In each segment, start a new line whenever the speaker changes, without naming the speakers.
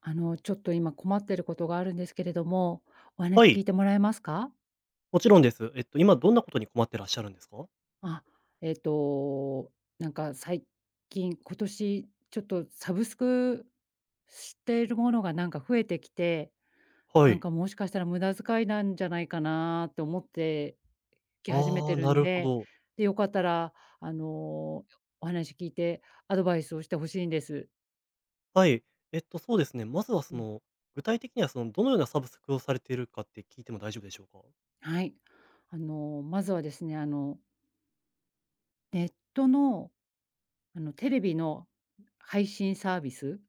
ちょっと今困ってることがあるんですけれども、お話
は
聞
い、
いてもらえますか？
もちろんです。今どんなことに困ってらっしゃるんですか？
あ、えっと、なんか最近、今年ちょっとサブスクしているものがなんか増えてきて、
は
なん
い。
かもしかしたら無駄遣いなんじゃないかなって思ってき始め
あ
て
あ、
る
な
ん
るほ
で、
ど。
で、よかったらあの、お話聞いてアドバイスをしてほしいんです。
はい。そうですね、まずは
うん。
具体的にはどのようなサブスクをされているかって聞いても大丈夫でしょうか？
はい。まずはですね、ネットのテレビの配信サービス。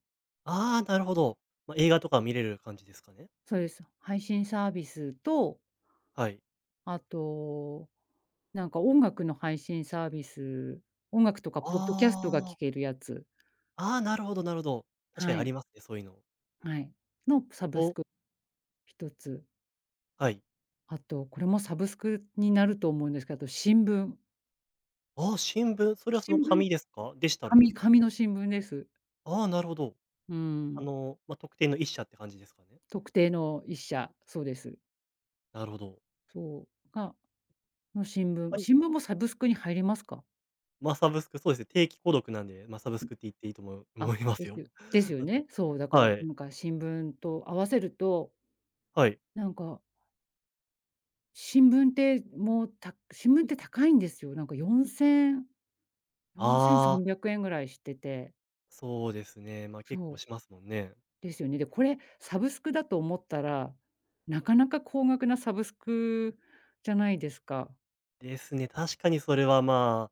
ああー、なるほど。まあ、映画とか見れる感じですかね？
そうです。配信サービスと、
はい。
あと、なんか音楽の配信サービス、音楽とかポッドキャスト
あ
が聴
あ、
けるやつ。
ああ、なるほどなるほど。確かに
は
あ
い、
りますね、そういうの。
はい。のサブス
お
ク一つ。
はい。
あと、これもサブスクになると思うんですけど、あと新聞。
ああ、新聞、それはそ
新
の
聞
紙ですか？デジタルで
紙
すか？
紙の新聞です。
ああー、なるほど。
うん。
まあ、特定の一社って感じですかね？
特定の一社、そうです。
なるほど。
そう、の新聞
はい。
もサブスクに入りますか？
まあ、サブスク、そうですね、定期購読なんで、まあ、サブスクって言っていいと思う
あ、
思いま
で
す
す
よ。
よです よ
あ
ね。
と、
そう、だから
はい、
なんか新聞と合わせると、
はい。
なんか新聞ってもう、新聞って高いんですよ。なんか4000、
あ
4300
あ、
円ぐらいしてて、
そうですね、ま、
そ
結構
う
しますもんね。
ですよね。で、これサブスクだと思ったら、なかなか高額なサブスクじゃないですか。
ですね、確かにそれは、まあ、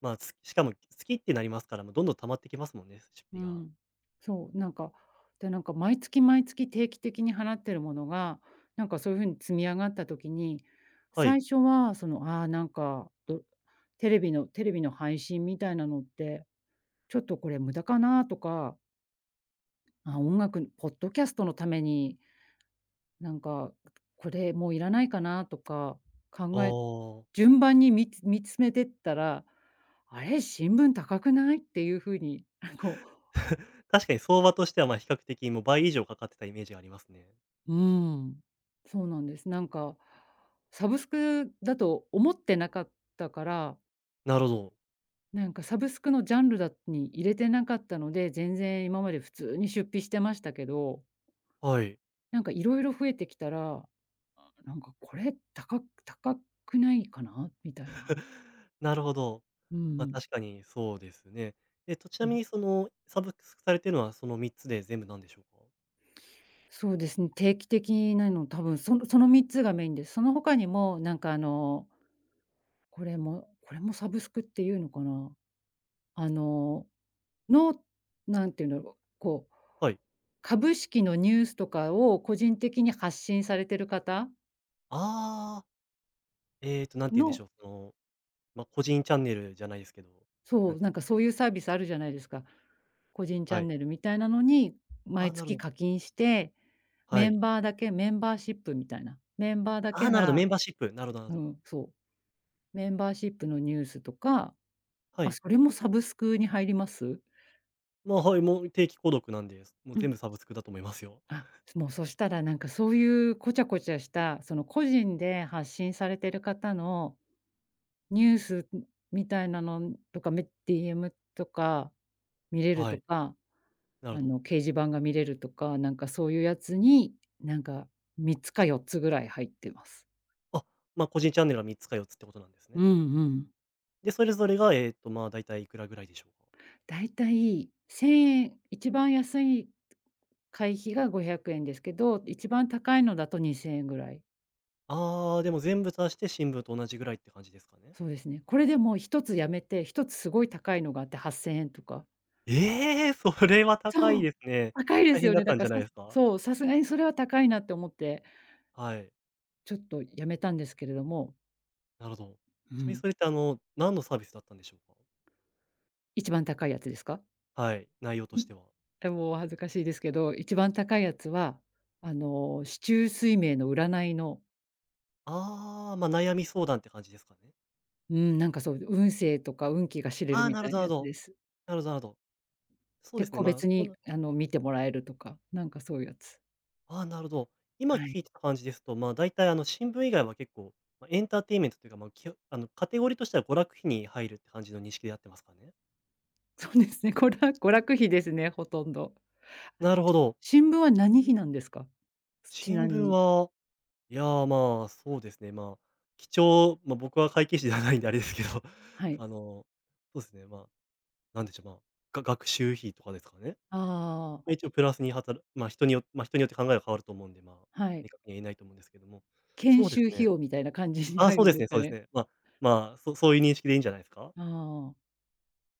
まあ、しかも好きってなりますから、もうどんどん溜まってきますもんね、出
う
費が。
ん。そう、なんか、で、なんか毎月毎月定期的に払ってるものが、なんかそういう風に積み上がった時に、
は
最
い。
初はなんか、テレビの配信みたいなのって、ちょっとこれ無駄かなとか、あ、音楽ポッドキャストのために、なんか、これもういらないかなとか
あ
考え
あ。
順番に見つめてったら、あれ、新聞高くないっていう風に、こう、
確かに相場としては、ま、比較的もう倍以上かかってたイメージがありますね。
うーん。そうなんです。なんか、サブスクだと思ってなかったから、
なるほど。
なんかサブスクのジャンルだに入れてなかったので、全然今まで普通に出費してましたけど、
はい。
なんかいろいろ増えてきたら、なんかこれ高くないかなみたいな。
なるほど。
うんう
ま、
ん。
確かにそうですね。ちなみにサブスクされてるのはその3つで全部なんでしょうか？
そうですね、定期的なの多分その3つがメインです。その他にも、なんかこれもサブスクっていうのかな。あのの、なんていうんだろう、
はい。
株式のニュースとかを個人的に発信されてる方
ああ、なんて言うんで
の、
しょう、ま、個人チャンネルじゃないですけど、
そ
なん
う、
て
な
言うん
ん
でしょ
かそう
う。
いうサービスあるじゃないですか。個人チャ
は
ン
い。
ネルみたいなのに、
あ
毎
あ、なる
月
ほど。
課金して、
は
メン
い。
バーだけメンバーシップみたいな、メンバーだ
ああ、
け
なるほど、
が、
メンバーシップ。なるほどなる
う
ほど。
ん、そう、メンバーシップのニュースとか、
は
ま、
い。
それもサブスクに入ります？
まあ、はい、もう定期購読なんで、もう
う
全
ん、
部サブスクだと思いますよ。
あ、もうそしたらなんかそういうこちゃこちゃした、その個人で発信されてる方のニュースみたいなのとか、DM とか見れる
は
と
い、
か、
なるほど。
掲示板が見れるとか、なんかそういうやつに、なんか3つか4つぐらい入ってます。
あ、ま、個人チャンネルは3つか4つってことなんです
うん
ね。
うん。
で、それぞれが、まあ、大体いくらぐらいでしょうか？
だいたい1000円、一番安い会費が500円ですけど、一番高いのだと2000円ぐらい。
ああ、でも全部足して新聞と同じぐらいって感じですかね？
そうですね。これでもう1つやめて、1つすごい高いのがあって8000円とか。
ええ、それは高
そ
い
う、
ですね。
高いで
大
す
変
よ
だ
ね。
っ
だ
たん
から
じゃない
さ
ですか？
そう、さすがにそれは高いなって思って。
はい。
ちょっとやめたんですけれども、
なるほど。
う
ちなみに
ん。
それって、何のサービスだったんでしょうか？
一番高いやつですか？
はい、
もう
内容と
ん
しては。
でもお恥ずかしいですけど、一番高いやつは、四柱推命の占いの、
ああ、ま、悩み相談って感じですかね？
うん、なんかそう、運勢とか運気が知れる
ああ、
み
な
た
るほ
い
ど
な
なるほ
やつ
ど。
です。
なるほどなるほど。そう
で、
ですね、
個
まあ、
別
そん
に
な。
見てもらえるとか、なんかそういうやつ。
ああ、なるほど。今
は
聞い
い。
てた感じですと、まあ、大体、新聞以外は結構、ま、エンターテインメントというか、ま、きょあの、カテゴリーとしては娯楽費に入るって感じの認識で合ってますかね？
そうですね、娯楽費ですね、ほとんど。
なるほど。
新聞は何費なんですか？ちな
新
み
聞
に。
は、いやー、まあ、そうですね、まあ、まあ、僕は会計士ではないんであれですけど、
はい。
あの、そうですね、まあ、なんでしょう、まあ、学習費とかですかね。
ああ、
まあ、一応プラスに働く、まあ、人によまあ、人によって考えが変わると思うんで、まあ、
はい。
明確には言えないと思うんですけども。
研
そうで
修
す
費
ね。
用みたいな感じに
あ、
入
そう
るん
で
で
す
す
ね
か
そうです
ね。
ね。まあ、まあそういう認識でいいんじゃないですか？
ああ。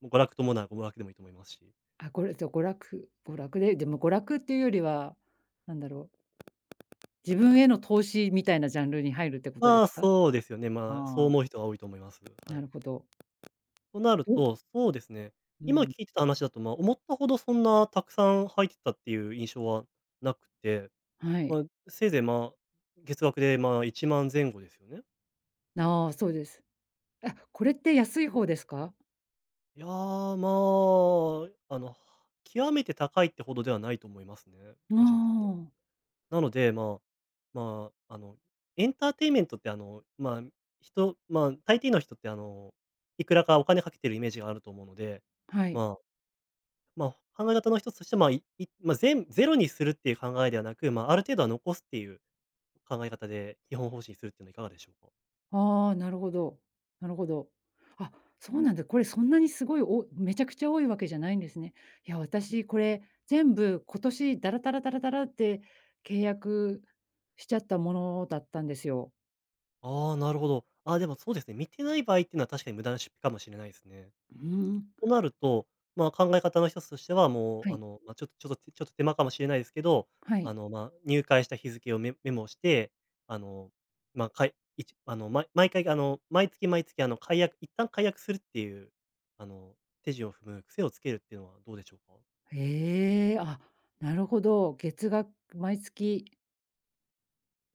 もう娯楽とも、なら娯楽でもいいと思いますし。
あ、ごれと娯楽で、でも娯楽っていうよりは、なんだろう、自分への投資みたいなジャンルに入るってことです
まあ、
か？
そうですよね、まあ、そう
あ
思う人は多いと思います。
あ、
は
なる
い。
ほど。
となる
おう
と、そうですね。今
ん、
聞いてた話だと、まあ、思ったほどそんなたくさん入ってたっていう印象はなくて、
は
ま
い。
あ、せいぜい、まあ、月額で、ま、1万前後ですよね。
ああ、そうです。あ、これって安い方ですか？
いやー、まあ、極めて高いってほどではないと思いますね、
あ
個人的には。
あ、
なので、まあ、エンターテインメントって、まあ、まあ、大抵の人って、いくらかお金かけてるイメージがあると思うので、
はい。
まあ、ま考え方の一つとして、まあ、まあ、ゼロにするっていう考えではなく、まあ、ある程度は残すっていう考え方で基本方針にするっていうのはいかがでしょうか？
ああ、なるほど。なるほど。あ、そうなんだ。これそんなにすごい、めちゃくちゃ多いわけじゃないんですね。いや、私これ全部今年ダラダラダラダラって契約しちゃったものだったんですよ。
ああ、なるほど。ああ、でもそうですね、見てない場合っていうのは確かに無駄な出費かもしれないですね。
うーん。
となると、まあ、考え方の一つとしては、も
は
う、
い、
まあ、ちょっと手間かもしれないですけど、
はい。
まあ、入会した日付をメモして、あの、まあ、かいいちあの、毎回、毎月毎月、一旦解約するっていう、あの、手順を踏む癖をつけるっていうのはどうでしょうか？
へえ、あ、なるほど。月額毎月、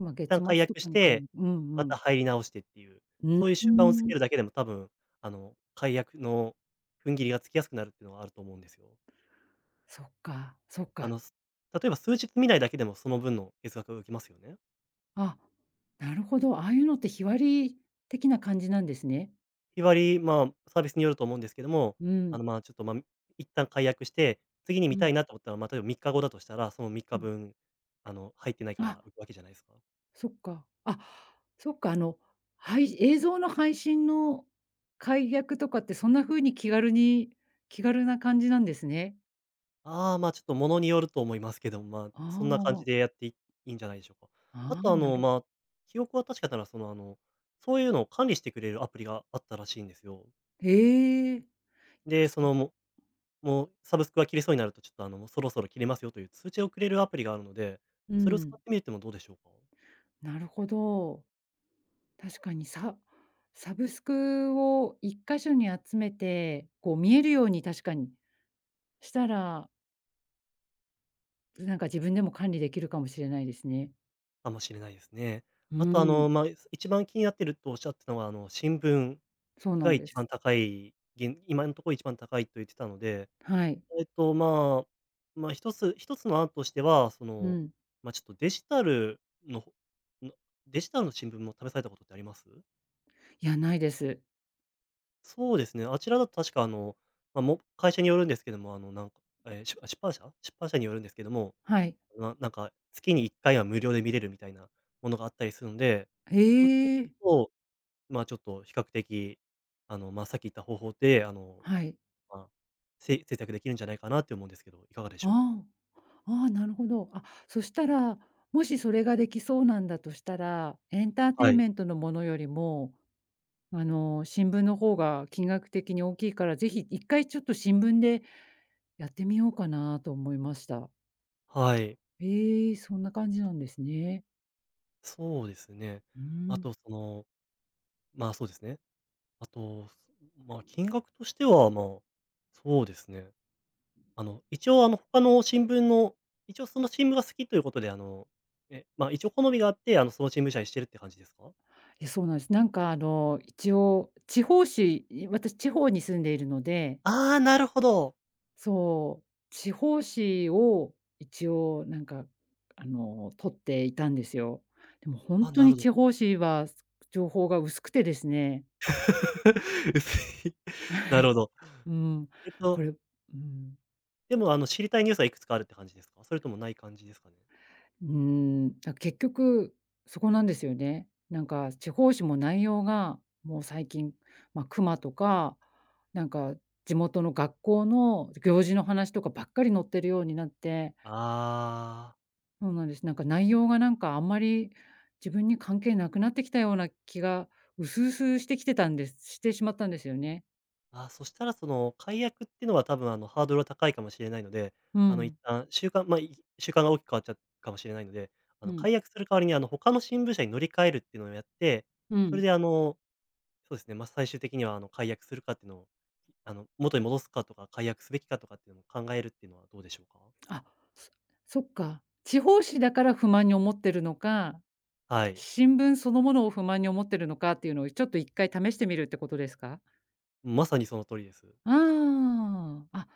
まあ、月
旦
末
解
と
約し
かに
て、
う
ま
んう
た
ん。
入り直してっていう、
うー
そういう習慣をつ
ん、
けるだけでも多分、解約の踏ん切りがつきやすくなるっていうのはあると思うんですよ。
そっか、そっ
あ
か。
の、す例えば数日見ないだけでもその分の月額が浮きますよね。
あ、なるほど。ああいうのって日割り的な感じなんですね。
日割り、まあ、サービスによると思うんですけども、
うん、
まあ、ちょっと、まあ、一旦解約して、次に
う
見た
ん、
いなと思ったら、まあ、例えば3日後だとしたら、その3
うん。
日分、入ってないか
あ、
ら浮くわけじゃないですか。
そっか。あ、そっか、はい、映像の配信の解約とかってそんな風に気軽な感じなんですね。
ああ、まあ、ちょっとものによると思いますけど、まあ、
あ
そんな感じ
あ、
でやっていいいんじゃないでしょうか。あ
あ
と、
あ、なる
まあ、記憶は確かなら、そういうのを管理してくれるアプリがあったらしいんですよ。
へえ。あ、
で、
そう。
もうサブスクが切れそうになると、ちょっと、もうそろそろ切れますよという通知をくれるアプリがあるので、
う
それを使
ん、
ってみるってもどうでしょうか？
なるほど。確かにサブスクを一箇所に集めて、こう見えるように確かにしたら、なんか自分でも管理できるかもしれないですね。
かもしれないですね。
うー
あと、
ん。
まあ、一番気になってるとおっしゃってたのは、新聞
そうな
が
んで
一
す。
番高い、今のところ一番高いと言ってたので、
はい。
まあ、一つ一つの案としては、
うん。
まあ、ちょっとののデジタルの新聞も試されたことってあります？
いや、ないです。
そうですね、あちらだと確かまあ、会社によるんですけども、なんか、えし出出版社出版社によるんですけども、
はい。
なんか月に1回は無料で見れるみたいなものがあったりするんで、そっち
へえ。
と、まあ、ちょっと比較的、まあ、さっき言った方法で、
はい。
まあ、節約できるんじゃないかなって思うんですけど、いかがでしょうか？
ああ、ああ、なるほど。あ、そしたら、もしそれができそうなんだとしたら、エンターテイ
は
ン
い。
メントのものよりも新聞の方が金額的に大きいから、ぜひ一回ちょっと新聞でやってみようかなと思いました。
はい。
ええ、そんな感じなんですね。
そうですね。
う
あ
ん、
とまあ、そうですね。あと、まあ、金額としては、まあ、そうですね。一応、他の新聞の一応その新聞が好きということで、ま、一応好みがあって、その新聞社にしてるって感じですか？
いや、そうなんです。なんか一応地方紙、私地方に住んでいるので、
ああー、なるほど。
そう、地方紙を一応なんか、取っていたんですよ。でも本
あ、
当
な
に
るほど。
地方紙は情報が薄くてですね。
薄い。なるほど。
うん、
えっと、
うん、
でも、知りたいニュースはいくつかあるって感じですか？それともない感じですかね？
うーん、結局そこなんですよね。なんか地方紙も内容がもう最近、まあ、熊とか、なんか地元の学校の行事の話とかばっかり載ってるようになって、
ああー。
そうなんです。なんか内容がなんかあんまり自分に関係なくなってきたような気が薄々してしまったんですよね。
あ、そしたらその解約っていうのは多分あのハードルは高いかもしれないので、
う
あの一
ん、
旦習慣まあ、習慣が大きく変わっちゃうかもしれないので、
うん、
解約する代わりに他の新聞社に乗り換えるっていうのをやって、
う
そ
ん。
れでそうですね、まあ、最終的にはあの解約するかっていうのを、元に戻すかとか、解約すべきかとかっていうのを考えるっていうのはどうでしょうか？
あ、そそっか。地方紙だから不満に思ってるのか
はい。
新聞そのものを不満に思ってるのかっていうのをちょっと一回試してみるってことですか？
まさにその通りです。
ああ、あ、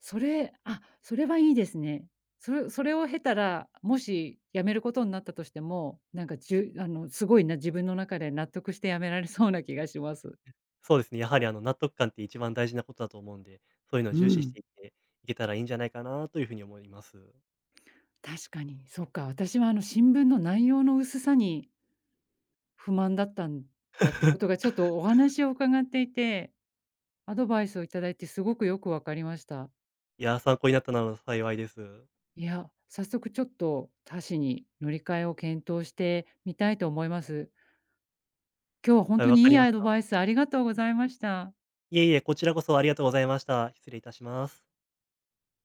あ、それはいいですね。それを経たら、もし辞めることになったとしても、なんかじゅあの、すごいな、自分の中で納得して辞められそうな気がします。
そうですね、やはりあの納得感って一番大事なことだと思うんで、そういうのを
う
重視し
ん。
ていっていけたらいいんじゃないかなというふうに思います。
確かに、そっか、私はあの新聞の内容の薄さに不満だったんだってことがちょっとお話を伺っていて、アドバイスをいただいてすごくよくわかりました。
いや、参考になったなら幸いです。
いや、早速ちょっと他市に乗り換えを検討してみたいと思います。今日は本
はい、
当
わ
に
か
いい
りま
ア
し
ド
た。
バイスありがとうございました。
いえいえ、こちらこそありがとうございました。失礼いたします。